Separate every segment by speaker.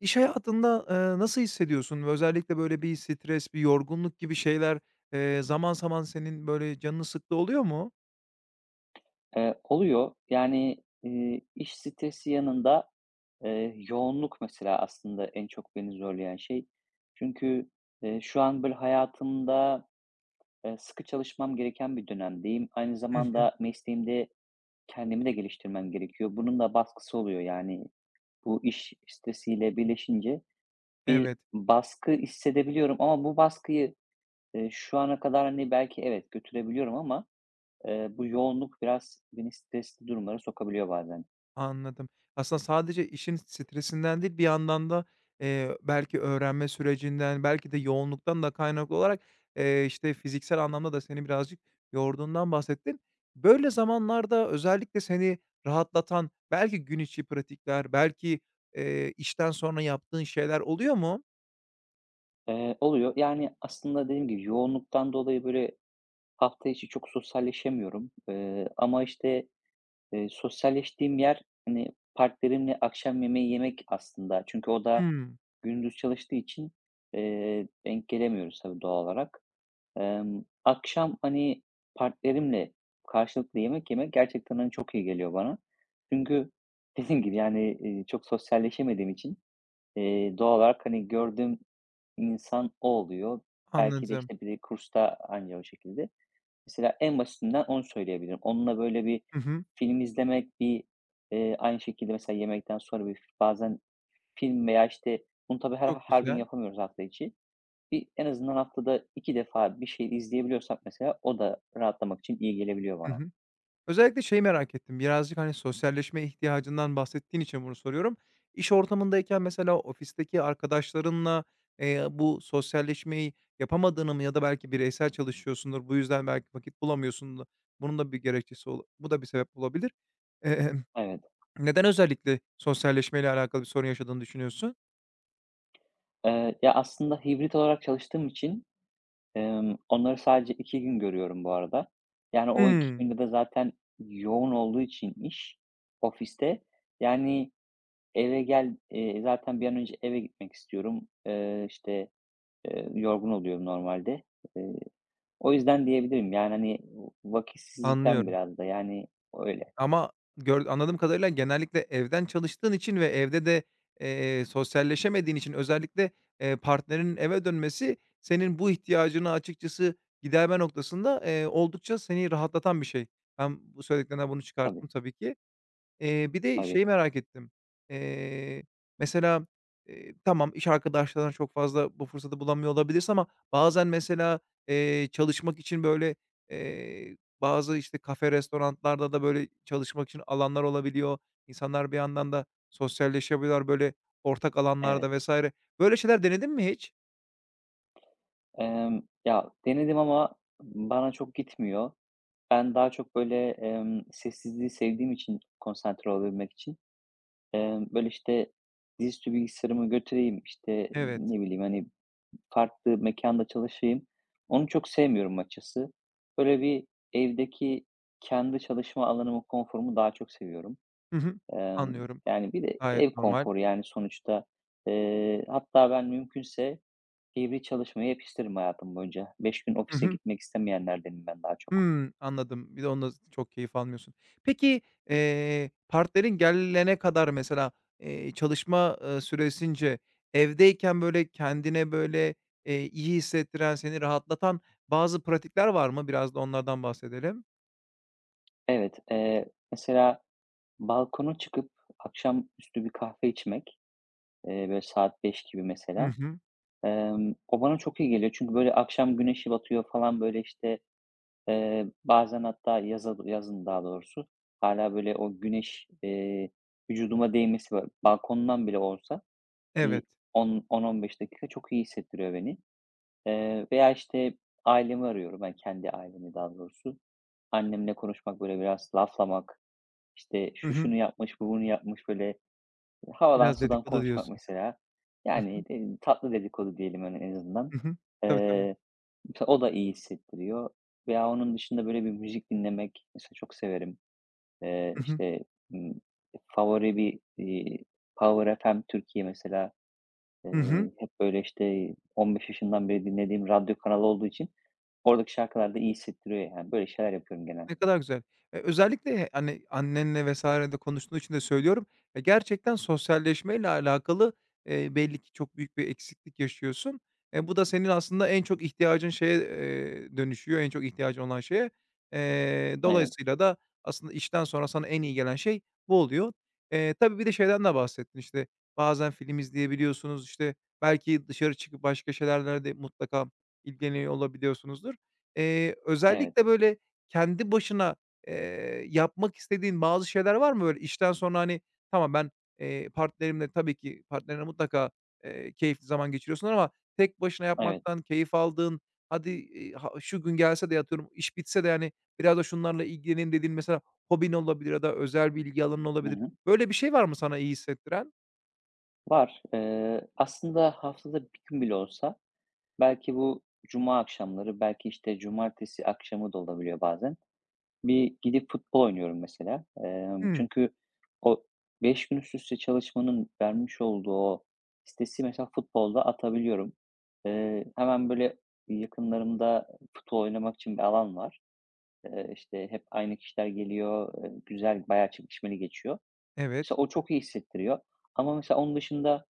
Speaker 1: İş hayatında, nasıl hissediyorsun ve özellikle böyle bir stres, bir yorgunluk gibi şeyler, zaman zaman senin böyle canını sıktı oluyor mu?
Speaker 2: Oluyor. Yani, iş stresi yanında, yoğunluk mesela aslında en çok beni zorlayan şey. Çünkü, şu an böyle hayatımda, sıkı çalışmam gereken bir dönemdeyim. Aynı
Speaker 1: Hı hı.
Speaker 2: zamanda mesleğimde kendimi de geliştirmem gerekiyor. Bunun da baskısı oluyor. Yani bu iş stresiyle birleşince bir
Speaker 1: Evet,
Speaker 2: baskı hissedebiliyorum, ama bu baskıyı, şu ana kadar, hani, belki evet götürebiliyorum ama bu yoğunluk biraz beni stresli durumlara sokabiliyor bazen.
Speaker 1: anladım. Aslında sadece işin stresinden değil, bir yandan da, belki öğrenme sürecinden, belki de yoğunluktan da kaynaklı olarak, işte, fiziksel anlamda da seni birazcık yorduğundan bahsettin. Böyle zamanlarda özellikle seni rahatlatan belki gün içi pratikler, belki, işten sonra yaptığın şeyler oluyor mu?
Speaker 2: Oluyor. Yani, aslında dediğim gibi yoğunluktan dolayı, böyle, hafta içi çok sosyalleşemiyorum. Ama, işte, sosyalleştiğim yer, hani, partnerimle akşam yemeği yemek aslında. Çünkü o da
Speaker 1: Hıı.
Speaker 2: gündüz çalıştığı için, denk gelemiyoruz tabii doğal olarak. Akşam, hani, partnerimle karşılıklı yemek yemek gerçekten, hani, çok iyi geliyor bana. Çünkü dediğim gibi, yani, çok sosyalleşemediğim için, doğal olarak, hani, gördüğüm insan o oluyor. Belki de,
Speaker 1: Anladım.
Speaker 2: işte, bir de kursta anca o şekilde. Mesela en basitinden onu söyleyebilirim. Onunla, böyle, bir
Speaker 1: Hı hı.
Speaker 2: film izlemek, bir, aynı şekilde mesela yemekten sonra bir bazen film veya, işte, bunu tabii her
Speaker 1: Çok
Speaker 2: her gün
Speaker 1: güzel.
Speaker 2: yapamıyoruz hafta içi. Bir en azından haftada 2 defa bir şey izleyebiliyorsak mesela o da rahatlamak için iyi gelebiliyor
Speaker 1: Hı
Speaker 2: bana.
Speaker 1: hı. Özellikle şeyi merak ettim, birazcık, hani, sosyalleşme ihtiyacından bahsettiğin için bunu soruyorum. İş ortamındayken mesela ofisteki arkadaşlarınla, bu sosyalleşmeyi yapamadığını mı ya da belki bireysel çalışıyorsundur, bu yüzden belki vakit bulamıyorsundur. Bunun da bir gerekçesi ola bu da bir sebep olabilir. Emm,
Speaker 2: Evet.
Speaker 1: Neden özellikle sosyalleşmeyle alakalı bir sorun yaşadığını düşünüyorsun?
Speaker 2: Ya, aslında hibrit olarak çalıştığım için, onları sadece 2 gün görüyorum bu arada. Yani, o 2
Speaker 1: Hımm,
Speaker 2: günde de zaten yoğun olduğu için iş, ofiste, yani, eve gel zaten bir an önce eve gitmek istiyorum. İşte, yorgun oluyorum normalde. Eee, O yüzden diyebilirim. Yani, hani, vakitsizlikten
Speaker 1: anlıyorum.
Speaker 2: biraz da, yani, öyle.
Speaker 1: Ama anladığım kadarıyla genellikle evden çalıştığın için ve evde de, sosyalleşemediğin için özellikle, partnerinin eve dönmesi senin bu ihtiyacını açıkçası giderme noktasında, oldukça seni rahatlatan bir şey. Ben bu söylediklerinden bunu
Speaker 2: Tabii,
Speaker 1: çıkarttım tabii ki. Bir de
Speaker 2: tabii.
Speaker 1: şeyi merak ettim. Eee, Mesela, tamam, iş arkadaşlarından çok fazla bu fırsatı bulamıyor olabilirsin ama bazen mesela, çalışmak için, böyle, bazı, işte, kafe, restoranlarda da, böyle, çalışmak için alanlar olabiliyor. İnsanlar bir yandan da sosyalleşebiliyorlar, böyle, ortak
Speaker 2: Evet.
Speaker 1: alanlarda vesaire. Böyle şeyler denedin mi hiç?
Speaker 2: Ya, denedim ama bana çok gitmiyor. Ben daha çok, böyle, sessizliği sevdiğim için konsantre olabilmek için böyle, işte, dizüstü bilgisayarımı götüreyim, işte,
Speaker 1: Evet.
Speaker 2: ne bileyim, hani, farklı mekanda çalışayım. Onu çok sevmiyorum açıkçası. Böyle bir evdeki kendi çalışma alanımı, konforumu daha çok seviyorum.
Speaker 1: Hı hı.
Speaker 2: Emm,
Speaker 1: Anlıyorum.
Speaker 2: Yani, bir de ev
Speaker 1: Gayet normal.
Speaker 2: konforu, yani, sonuçta. Hatta ben mümkünse hibrit çalışmayı hep isterim hayatım boyunca. 5 gün
Speaker 1: Hı
Speaker 2: ofise
Speaker 1: hı.
Speaker 2: gitmek istemeyenlerdenim ben daha çok.
Speaker 1: Hımm, anladım. Bir de onda çok keyif almıyorsun. Peki, partnerin gelene kadar mesela, çalışma, süresince evdeyken, böyle, kendine, böyle, iyi hissettiren, seni rahatlatan bazı pratikler var mı? Biraz da onlardan bahsedelim.
Speaker 2: Evet, mesela balkona çıkıp akşamüstü bir kahve içmek. Böyle saat 5 gibi
Speaker 1: Hı
Speaker 2: mesela.
Speaker 1: hı.
Speaker 2: O bana çok iyi geliyor çünkü böyle akşam güneşi batıyor falan, böyle, işte, bazen hatta yaza do yazın daha doğrusu hâlâ böyle o güneş, vücuduma değmesi böyle balkondan bile olsa bir
Speaker 1: Evet.
Speaker 2: 10 10-15 dakika çok iyi hissettiriyor beni. Veya işte ailemi arıyorum, hani, kendi ailemi daha doğrusu. Annemle konuşmak, böyle biraz laflamak, işte
Speaker 1: Hı
Speaker 2: şu
Speaker 1: hı.
Speaker 2: şunu yapmış, bu bunu yapmış böyle, havadan
Speaker 1: Biraz
Speaker 2: sudan
Speaker 1: dedikodu
Speaker 2: konuşmak
Speaker 1: diyorsun.
Speaker 2: mesela.
Speaker 1: Hı hı.
Speaker 2: Yani, tatlı dedikodu diyelim, hani, en azından.
Speaker 1: Hı hı. Tabii, tabii.
Speaker 2: Eee, Mesela o da iyi hissettiriyor veya onun dışında böyle bir müzik dinlemek mesela çok severim.
Speaker 1: Hı hı.
Speaker 2: İşte, ımm, favori bir, Power FM Türkiye mesela,
Speaker 1: Hı hı.
Speaker 2: hep böyle, işte, 15 yaşından beri dinlediğim radyo kanalı olduğu için oradaki şarkılar da iyi hissettiriyor yani. Böyle şeyler yapıyorum
Speaker 1: Ne
Speaker 2: genelde.
Speaker 1: kadar güzel. Özellikle, hani, annenle vs. de konuştuğun için de söylüyorum. Ya, gerçekten sosyalleşmeyle alakalı, belli ki çok büyük bir eksiklik yaşıyorsun. E, bu da senin aslında en çok ihtiyacın şeye, dönüşüyor, en çok ihtiyacın olan şeye.
Speaker 2: Evet,
Speaker 1: Dolayısıyla da aslında işten sonra sana en iyi gelen şey bu oluyor. Tabii bir de şeyden de bahsettin, işte, bazen film izleyebiliyorsunuz, işte, belki dışarı çıkıp başka şeylerle de mutlaka ilgileniyor olabiliyorsunuzdur.
Speaker 2: evet,
Speaker 1: Özellikle, böyle, kendi başına, yapmak istediğin bazı şeyler var mı böyle işten sonra, hani, tamam ben, partnerimle tabii ki partnerinle mutlaka, keyifli zaman geçiriyorsun ama tek başına
Speaker 2: evet.
Speaker 1: yapmaktan keyif aldığın, hadi, ha şu gün gelse de yatıyorum iş bitse de, yani, biraz da şunlarla ilgileneyim dediğin mesela hobin olabilir ya da özel bir ilgi alanın
Speaker 2: Hı
Speaker 1: olabilir.
Speaker 2: hı.
Speaker 1: Böyle bir şey var mı sana iyi hissettiren?
Speaker 2: Var. Aslında haftada bir gün bile olsa belki bu cuma akşamları, belki, işte, cumartesi akşamı da olabiliyor bazen. Bir gidip futbol oynuyorum mesela.
Speaker 1: Hımm,
Speaker 2: Çünkü o 5 gün üst üste çalışmanın vermiş olduğu o stresi mesela futbolda atabiliyorum. Hemen, böyle, yakınlarımda futbol oynamak için bir alan var. İşte, hep aynı kişiler geliyor. Güzel, bayağı çekişmeli geçiyor.
Speaker 1: evet.
Speaker 2: Mesela o çok iyi hissettiriyor ama mesela onun dışında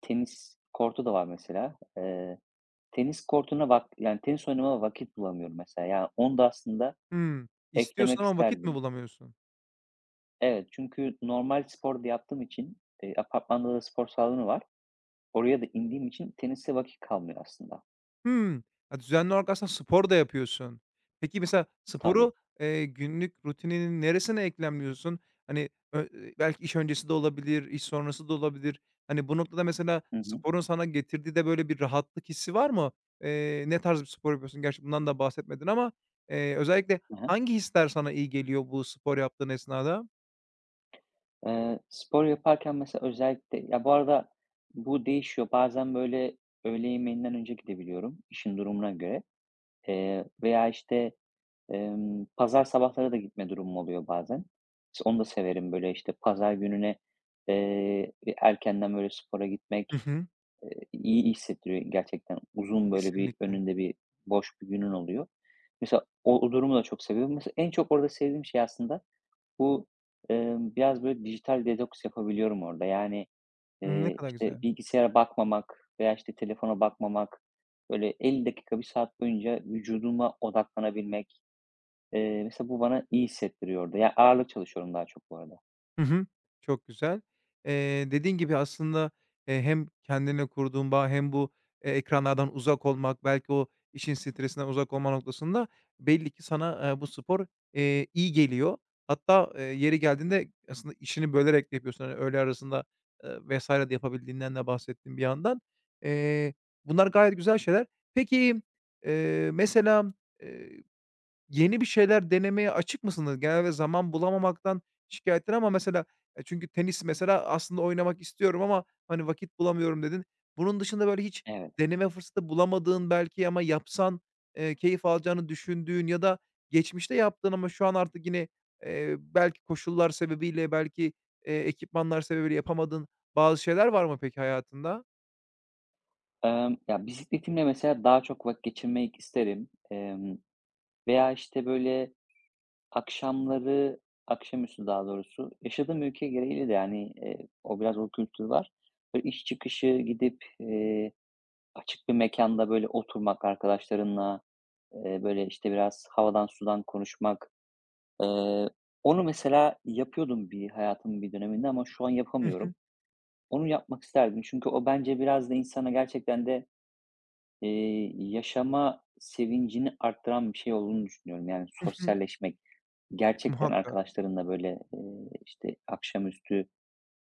Speaker 2: tenis kortu da var mesela. Tenis kortuna yani, tenis oynamaya vakit bulamıyorum mesela. Yani onu da aslında
Speaker 1: Hımm.
Speaker 2: eklemek
Speaker 1: İstiyorsun ama vakit mi
Speaker 2: isterdim.
Speaker 1: bulamıyorsun?
Speaker 2: Evet, çünkü normal spor da yaptığım için, apartmanda da spor salonu var. Oraya da indiğim için tenise vakit kalmıyor aslında.
Speaker 1: Hımm. Ya, düzenli olarak aslında spor da yapıyorsun. Peki, mesela sporu,
Speaker 2: Tabii.
Speaker 1: günlük rutininin neresine eklemliyorsun? Hani, ö belki iş öncesi de olabilir, iş sonrası da olabilir. Hani, bu noktada mesela
Speaker 2: Hı hı.
Speaker 1: sporun sana getirdiği de böyle bir rahatlık hissi var mı? Ne tarz bir spor yapıyorsun? Gerçi bundan da bahsetmedin ama, özellikle
Speaker 2: Hı hı.
Speaker 1: hangi hisler sana iyi geliyor bu spor yaptığın esnada?
Speaker 2: Spor yaparken mesela özellikle ya, bu arada bu değişiyor. Bazen, böyle, öğle yemeğinden önce gidebiliyorum işin durumuna göre, veya, işte, pazar sabahları da gitme durumum oluyor bazen. İşte, onu da severim. Böyle, işte, pazar gününe, bir erkenden, böyle, spora
Speaker 1: Hı
Speaker 2: gitmek,
Speaker 1: hı.
Speaker 2: iyi hissettiriyor gerçekten. Uzun, böyle, bir
Speaker 1: Kesinlikle.
Speaker 2: önünde bir boş bir günün oluyor. Mesela o durumu da çok seviyorum. Mesela en çok orada sevdiğim şey aslında bu, biraz, böyle, dijital detoks yapabiliyorum orada. Yani,
Speaker 1: Hımm, ne kadar
Speaker 2: işte,
Speaker 1: güzel.
Speaker 2: bilgisayara bakmamak veya, işte, telefona bakmamak, böyle, 50 dakika, 1 saat boyunca vücuduma odaklanabilmek. Mesela bu bana iyi hissettiriyordu. Ya, ağırlık çalışıyorum daha çok bu arada.
Speaker 1: Hı hı. Çok güzel. Dediğin gibi aslında, hem kendine kurduğun bağ hem bu, ekranlardan uzak olmak, belki o işin stresinden uzak olma noktasında belli ki sana, bu spor, iyi geliyor. Hatta, yeri geldiğinde aslında işini bölerek de yapıyorsun. Hani, öğle arasında, vs. de yapabildiğinden de bahsettin bir yandan. Eee, Bunlar gayet güzel şeyler. Peki, mesela, eee Yeni bir şeyler denemeye açık mısınız? Genelde zaman bulamamaktan şikâyetten ama mesela çünkü tenis mesela aslında oynamak istiyorum ama, hani, vakit bulamıyorum dedin. Bunun dışında, böyle, hiç
Speaker 2: Evet.
Speaker 1: deneme fırsatı bulamadığın belki ama yapsan, keyif alacağını düşündüğün ya da geçmişte yaptığın ama şu an artık yine, belki koşullar sebebiyle, belki, ekipmanlar sebebiyle yapamadığın bazı şeyler var mı peki hayatında?
Speaker 2: Ya, bisikletimle mesela daha çok vakit geçirmek isterim. Veya, işte, böyle, akşamları, akşamüstü daha doğrusu, yaşadığım ülke gereğiyle de, yani, o biraz o kültür var. Böyle, iş çıkışı gidip, açık bir mekanda böyle oturmak arkadaşlarınla, böyle, işte, biraz havadan sudan konuşmak. Eee, Onu mesela yapıyordum bir hayatımın bir döneminde ama şu an
Speaker 1: Hı hı. Hı hı.
Speaker 2: yapamıyorum. Onu yapmak isterdim. Çünkü o bence biraz da insana gerçekten de, yaşama sevincini arttıran bir şey olduğunu düşünüyorum. Yani sosyalleşmek, gerçekten
Speaker 1: Muhakkak.
Speaker 2: arkadaşlarınla böyle, işte, akşamüstü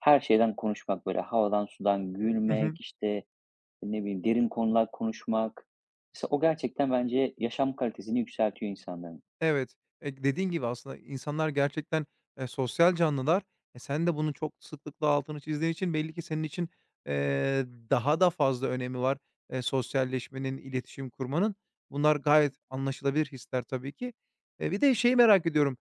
Speaker 2: her şeyden konuşmak, böyle havadan sudan
Speaker 1: Hı hı.
Speaker 2: gülmek, işte, ne bileyim, derin konular konuşmak. Mesela o gerçekten bence yaşam kalitesini yükseltiyor insanların.
Speaker 1: Evet, dediğin gibi aslında insanlar gerçekten, sosyal canlılar. E, sen de bunun çok sıklıkla altını çizdiğin için belli ki senin için, daha da fazla önemi var, sosyalleşmenin, iletişim kurmanın. Bunlar gayet anlaşılabilir hisler tabii ki. Bir de şeyi merak ediyorum.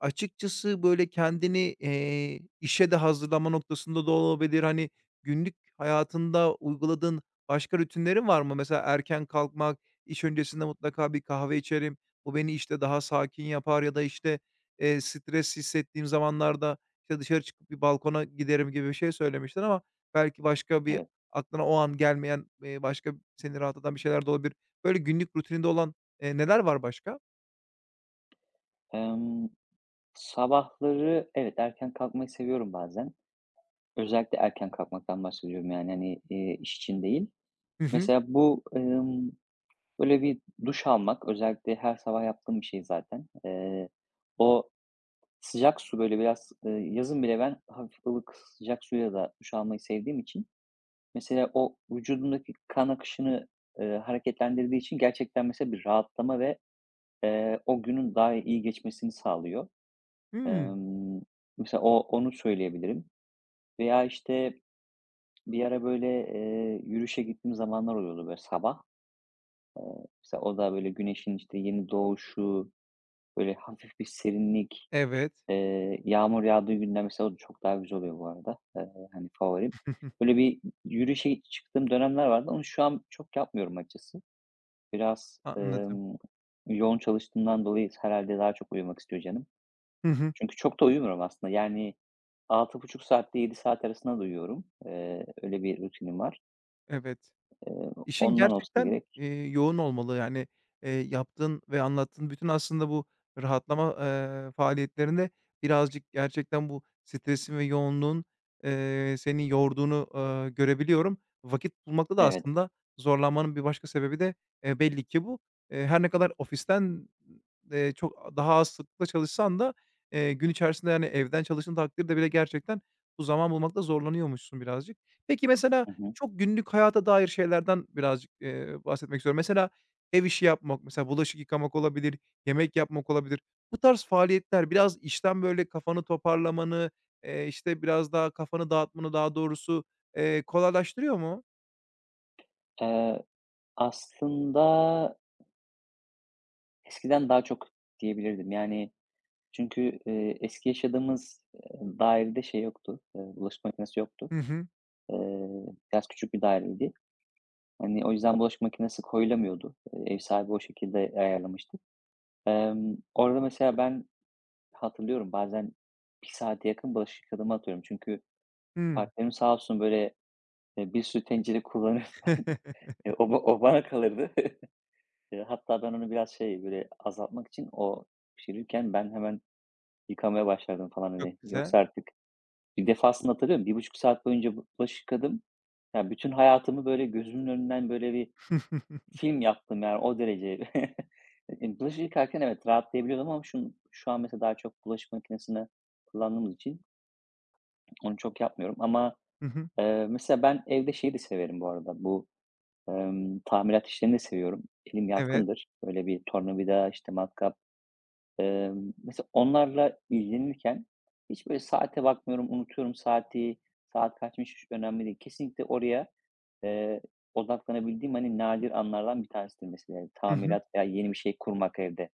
Speaker 1: Açıkçası, böyle, kendini, işe de hazırlama noktasında da olabilir. Hani, günlük hayatında uyguladığın başka rutinlerin var mı? Mesela erken kalkmak, iş öncesinde mutlaka bir kahve içerim, bu beni, işte, daha sakin yapar ya da, işte, stres hissettiğim zamanlarda, işte, dışarı çıkıp bir balkona giderim gibi bir şey söylemiştin ama belki başka bir
Speaker 2: Evet.
Speaker 1: aklına o an gelmeyen, başka seni rahatlatan bir şeyler de olabilir. Böyle günlük rutininde olan, neler var başka?
Speaker 2: Emm, Sabahları evet, erken kalkmayı seviyorum bazen. Özellikle erken kalkmaktan bahsediyorum yani, hani, iş için değil.
Speaker 1: Hı hı.
Speaker 2: Mesela bu, böyle bir duş almak, özellikle her sabah yaptığım bir şey zaten. O sıcak su, böyle biraz, yazın bile ben hafif ılık sıcak suyla da duş almayı sevdiğim için, mesela o vücudumdaki kan akışını, hareketlendirdiği için gerçekten mesela bir rahatlama ve, o günün daha iyi geçmesini sağlıyor.
Speaker 1: Hımm.
Speaker 2: Emm, Mesela o onu söyleyebilirim veya, işte, bir ara böyle, yürüyüşe gittiğim zamanlar oluyordu böyle sabah. Mesela o da böyle güneşin işte yeni doğuşu, böyle hafif bir serinlik,
Speaker 1: Evet.
Speaker 2: yağmur yağdığı günler mesela o da çok daha güzel oluyor bu arada. Hani favorim. Böyle bir yürüyüşe çıktığım dönemler vardı. Onu şu an çok yapmıyorum açıkçası. Biraz,
Speaker 1: Anladım.
Speaker 2: yoğun çalıştığımdan dolayı herhalde daha çok uyumak istiyor canım.
Speaker 1: Hı hı.
Speaker 2: Çünkü çok da uyumuyorum aslında. Yani 6,5 saatle 7 saat arasında da uyuyorum. Öyle bir rutinim var.
Speaker 1: Evet.
Speaker 2: Eee,
Speaker 1: İşin
Speaker 2: Ondan olsa
Speaker 1: gerçekten,
Speaker 2: gerek.
Speaker 1: yoğun olmalı. Yani, yaptığın ve anlattığın bütün aslında bu rahatlama, faaliyetlerinde birazcık gerçekten bu stresin ve yoğunluğun, seni yorduğunu, görebiliyorum. Vakit bulmakta da
Speaker 2: Evet.
Speaker 1: aslında zorlanmanın bir başka sebebi de, belli ki bu. Her ne kadar ofisten, çok daha az sıklıkla çalışsan da, gün içerisinde, yani, evden çalıştığın takdirde bile gerçekten bu zaman bulmakta zorlanıyormuşsun birazcık. Peki, mesela,
Speaker 2: Hı hı.
Speaker 1: çok günlük hayata dair şeylerden birazcık, bahsetmek istiyorum. Mesela ev işi yapmak, mesela bulaşık yıkamak olabilir, yemek yapmak olabilir. Bu tarz faaliyetler biraz işten, böyle, kafanı toparlamanı, işte, biraz daha kafanı dağıtmanı daha doğrusu, kolaylaştırıyor mu?
Speaker 2: Eee, Aslında eskiden daha çok diyebilirdim. Yani, çünkü, eski yaşadığımız, dairede şey yoktu, bulaşık makinesi yoktu.
Speaker 1: Hı hı.
Speaker 2: Eee, Biraz küçük bir daireydi. Hani, o yüzden bulaşık makinesi koyulamıyordu. Ev sahibi o şekilde ayarlamıştı. Orada mesela ben hatırlıyorum, bazen 1 saate yakın bulaşık yıkadığımı, atıyorum. Çünkü
Speaker 1: Hımm.
Speaker 2: partnerim sağ olsun, böyle, bir sürü tencere kullanır falan. O o bana kalırdı. Hatta ben onu biraz şey, böyle, azaltmak için o pişirirken ben hemen yıkamaya başlardım falan,
Speaker 1: Çok
Speaker 2: hani.
Speaker 1: güzel.
Speaker 2: Yoksa artık bir defasını hatırlıyorum, 1,5 saat boyunca bu bulaşık yıkadım. Ya, bütün hayatımı, böyle, gözümün önünden, böyle, bir
Speaker 1: Hı hı.
Speaker 2: film yaptım, yani, o derece. Bulaşık yıkarken evet, rahatlayabiliyordum ama şu an mesela daha çok bulaşık makinesini kullandığımız için onu çok yapmıyorum ama, mesela ben evde şeyi de severim bu arada, bu, tamirat işlerini de seviyorum. Elim
Speaker 1: Evet.
Speaker 2: yatkındır. Böyle bir tornavida, işte, matkap. Mesela onlarla ilgilenirken hiç böyle saate bakmıyorum, unutuyorum saati, saat kaçmış hiç önemli değil. Kesinlikle oraya, eee, odaklanabildiğim, hani, nadir anlardan bir tanesidir mesela. Yani
Speaker 1: Hı hı.
Speaker 2: tamirat veya yeni bir şey kurmak evde.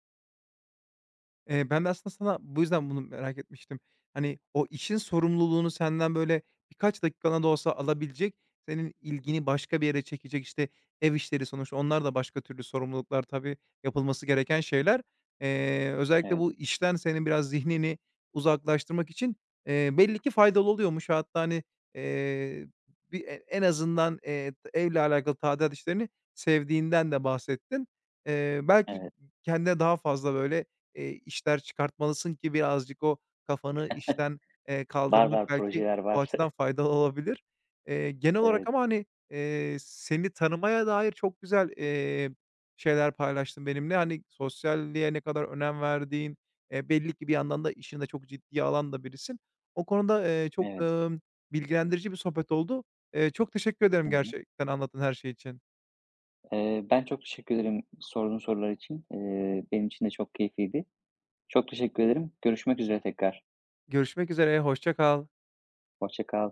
Speaker 1: Ben de aslında sana bu yüzden bunu merak etmiştim. Hani, o işin sorumluluğunu senden, böyle, birkaç dakikana da olsa alabilecek, senin ilgini başka bir yere çekecek, işte, ev işleri sonuçta onlar da başka türlü sorumluluklar tabii, yapılması gereken şeyler. Özellikle
Speaker 2: Evet,
Speaker 1: bu işten senin biraz zihnini uzaklaştırmak için, belli ki faydalı oluyormuş. Hatta, hani, eee, bir en azından, evle alakalı tadilat işlerini sevdiğinden de bahsettin. Belki
Speaker 2: evet.
Speaker 1: kendine daha fazla, böyle, işler çıkartmalısın ki birazcık o kafanı işten,
Speaker 2: Var,
Speaker 1: kaldırmak
Speaker 2: var,
Speaker 1: belki
Speaker 2: projeler
Speaker 1: o
Speaker 2: var.
Speaker 1: açıdan faydalı olabilir. Genel olarak
Speaker 2: Evet,
Speaker 1: ama, hani, seni tanımaya dair çok güzel, şeyler paylaştın benimle. Hani, sosyalliğe ne kadar önem verdiğin, belli ki bir yandan da işinde çok ciddi alan da birisin. O konuda, çok,
Speaker 2: evet.
Speaker 1: bilgilendirici bir sohbet oldu. Çok teşekkür ederim
Speaker 2: Hı hı.
Speaker 1: gerçekten anlattığın her şey için.
Speaker 2: Ben çok teşekkür ederim sorduğun sorular için. Benim için de çok keyifliydi. Çok teşekkür ederim. Görüşmek üzere tekrar.
Speaker 1: Görüşmek üzere, hoşça kal.
Speaker 2: Hoşça kal.